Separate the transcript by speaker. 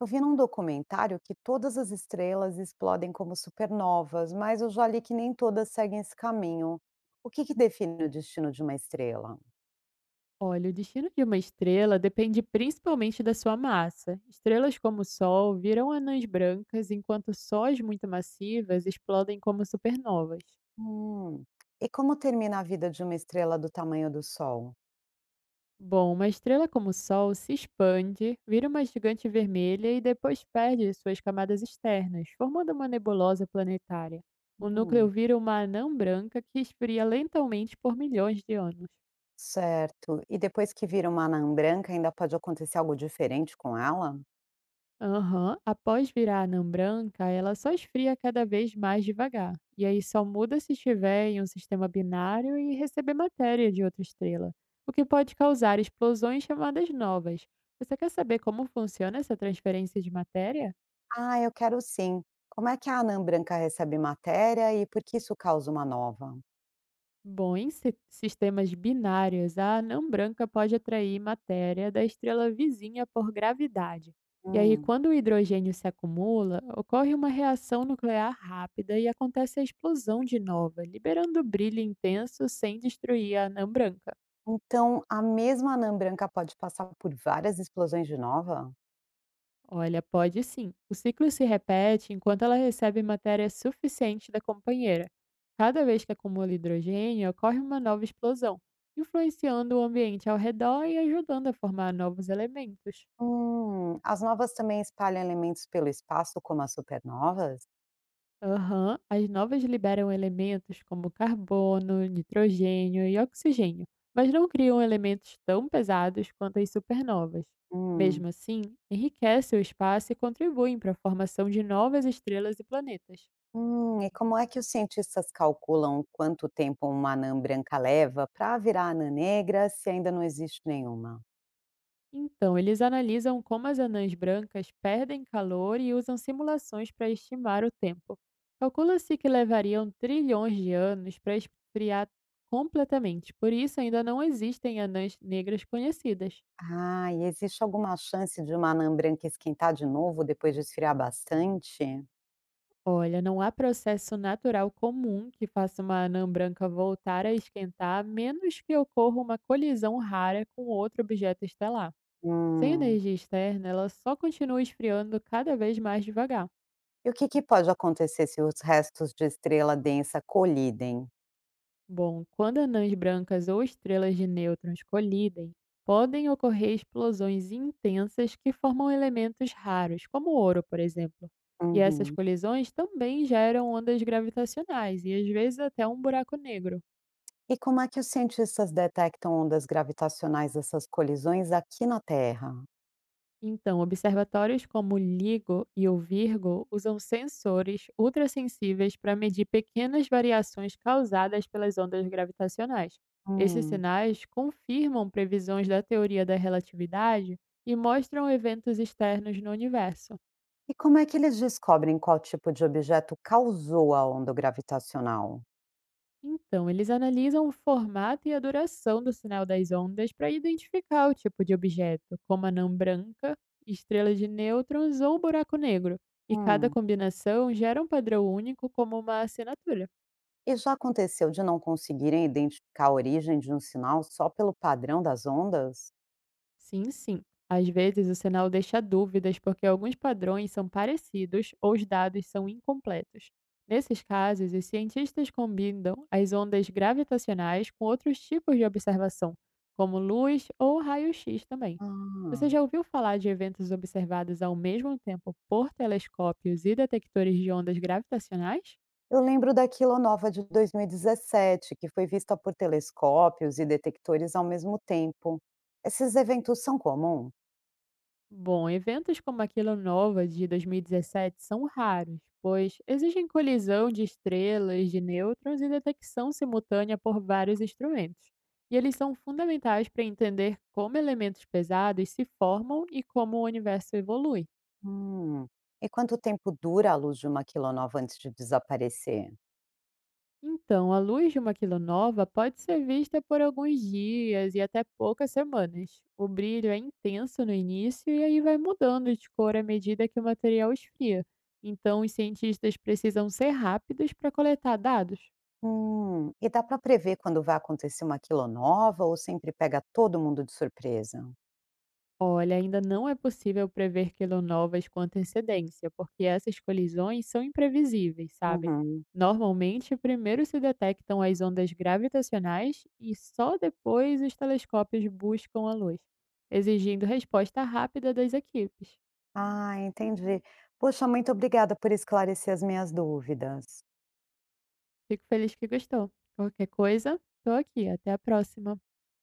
Speaker 1: Eu vi num documentário que todas as estrelas explodem como supernovas, mas eu já li que nem todas seguem esse caminho. O que define o destino de uma estrela?
Speaker 2: Olha, o destino de uma estrela depende principalmente da sua massa. Estrelas como o Sol viram anãs brancas, enquanto sóis muito massivas explodem como supernovas.
Speaker 1: Hum. E como termina a vida de uma estrela do tamanho do Sol?
Speaker 2: Bom, uma estrela como o Sol se expande, vira uma gigante vermelha e depois perde suas camadas externas, formando uma nebulosa planetária. O núcleo
Speaker 1: Hum.
Speaker 2: vira uma anã branca que esfria lentamente por milhões de anos.
Speaker 1: Certo. E depois que vira uma anã branca, ainda pode acontecer algo diferente com ela?
Speaker 2: Aham. Após virar a anã branca, ela só esfria cada vez mais devagar. E aí só muda se estiver em um sistema binário e receber matéria de outra estrela, o que pode causar explosões chamadas novas. Você quer saber como funciona essa transferência de matéria?
Speaker 1: Ah, eu quero sim. Como é que a anã branca recebe matéria e por que isso causa uma nova?
Speaker 2: Bom, sistemas binários, a anã branca pode atrair matéria da estrela vizinha por gravidade. E aí,
Speaker 1: Hum.
Speaker 2: quando o hidrogênio se acumula, ocorre uma reação nuclear rápida e acontece a explosão de nova, liberando brilho intenso sem destruir a anã branca.
Speaker 1: Então, a mesma anã branca pode passar por várias explosões de nova?
Speaker 2: Olha, pode sim. O ciclo se repete enquanto ela recebe matéria suficiente da companheira. Cada vez que acumula hidrogênio, ocorre uma nova explosão, influenciando o ambiente ao redor e ajudando a formar novos elementos.
Speaker 1: As novas também espalham elementos pelo espaço, como as supernovas?
Speaker 2: Aham, as novas liberam elementos como carbono, nitrogênio e oxigênio, mas não criam elementos tão pesados quanto as supernovas.
Speaker 1: Hum,
Speaker 2: Mesmo assim, enriquece o espaço e contribuem para a formação de novas estrelas e planetas.
Speaker 1: hum, e como é que os cientistas calculam quanto tempo uma anã branca leva para virar anã negra se ainda não existe nenhuma?
Speaker 2: Então, eles analisam como as anãs brancas perdem calor e usam simulações para estimar o tempo. Calcula-se que levariam trilhões de anos para esfriar completamente, por isso ainda não existem anãs negras conhecidas.
Speaker 1: Ah, e existe alguma chance de uma anã branca esquentar de novo depois de esfriar bastante?
Speaker 2: Olha, não há processo natural comum que faça uma anã branca voltar a esquentar, a menos que ocorra uma colisão rara com outro objeto estelar. Sem
Speaker 1: Hum,
Speaker 2: energia externa, ela só continua esfriando cada vez mais devagar.
Speaker 1: e o que pode acontecer se os restos de estrela densa colidem?
Speaker 2: Bom, quando anãs brancas ou estrelas de nêutrons colidem, podem ocorrer explosões intensas que formam elementos raros, como o ouro, por exemplo. E essas
Speaker 1: Uhum.
Speaker 2: colisões também geram ondas gravitacionais e às vezes até um buraco negro.
Speaker 1: E como é que os cientistas detectam ondas gravitacionais dessas colisões aqui na Terra?
Speaker 2: Então, observatórios como o LIGO e o Virgo usam sensores ultrassensíveis para medir pequenas variações causadas pelas ondas gravitacionais. Esses
Speaker 1: Hum.
Speaker 2: sinais confirmam previsões da teoria da relatividade e mostram eventos externos no universo.
Speaker 1: E como é que eles descobrem qual tipo de objeto causou a onda gravitacional?
Speaker 2: Então, eles analisam o formato e a duração do sinal das ondas para identificar o tipo de objeto, como anã branca, estrela de nêutrons ou buraco negro, e cada
Speaker 1: Hum.
Speaker 2: combinação gera um padrão único como uma assinatura.
Speaker 1: E já aconteceu de não conseguirem identificar a origem de um sinal só pelo padrão das ondas?
Speaker 2: Sim, sim. Às vezes o sinal deixa dúvidas porque alguns padrões são parecidos ou os dados são incompletos. Nesses casos, os cientistas combinam as ondas gravitacionais com outros tipos de observação, como luz ou raio-x também. Você
Speaker 1: Ah.
Speaker 2: já ouviu falar de eventos observados ao mesmo tempo por telescópios e detectores de ondas gravitacionais?
Speaker 1: Eu lembro da quilonova de 2017, que foi vista por telescópios e detectores ao mesmo tempo. Esses eventos são comuns?
Speaker 2: Bom, eventos como a Quila Nova de 2017 são raros, pois exigem colisão de estrelas, de nêutrons e detecção simultânea por vários instrumentos. E eles são fundamentais para entender como elementos pesados se formam e como o universo evolui.
Speaker 1: Hum. E quanto tempo dura a luz de uma quilonova antes de desaparecer?
Speaker 2: Então, a luz de uma quilonova pode ser vista por alguns dias e até poucas semanas. O brilho é intenso no início e aí vai mudando de cor à medida que o material esfria. Então, os cientistas precisam ser rápidos para coletar dados.
Speaker 1: Hum. E dá para prever quando vai acontecer uma quilonova ou sempre pega todo mundo de surpresa?
Speaker 2: Olha, ainda não é possível prever quilonovas com antecedência, porque essas colisões são imprevisíveis, sabe?
Speaker 1: Uhum.
Speaker 2: Normalmente, primeiro se detectam as ondas gravitacionais e só depois os telescópios buscam a luz, exigindo resposta rápida das equipes.
Speaker 1: Ah, entendi. Poxa, muito obrigada por esclarecer as minhas dúvidas.
Speaker 2: Fico feliz que gostou. Qualquer coisa, estou aqui. Até a próxima.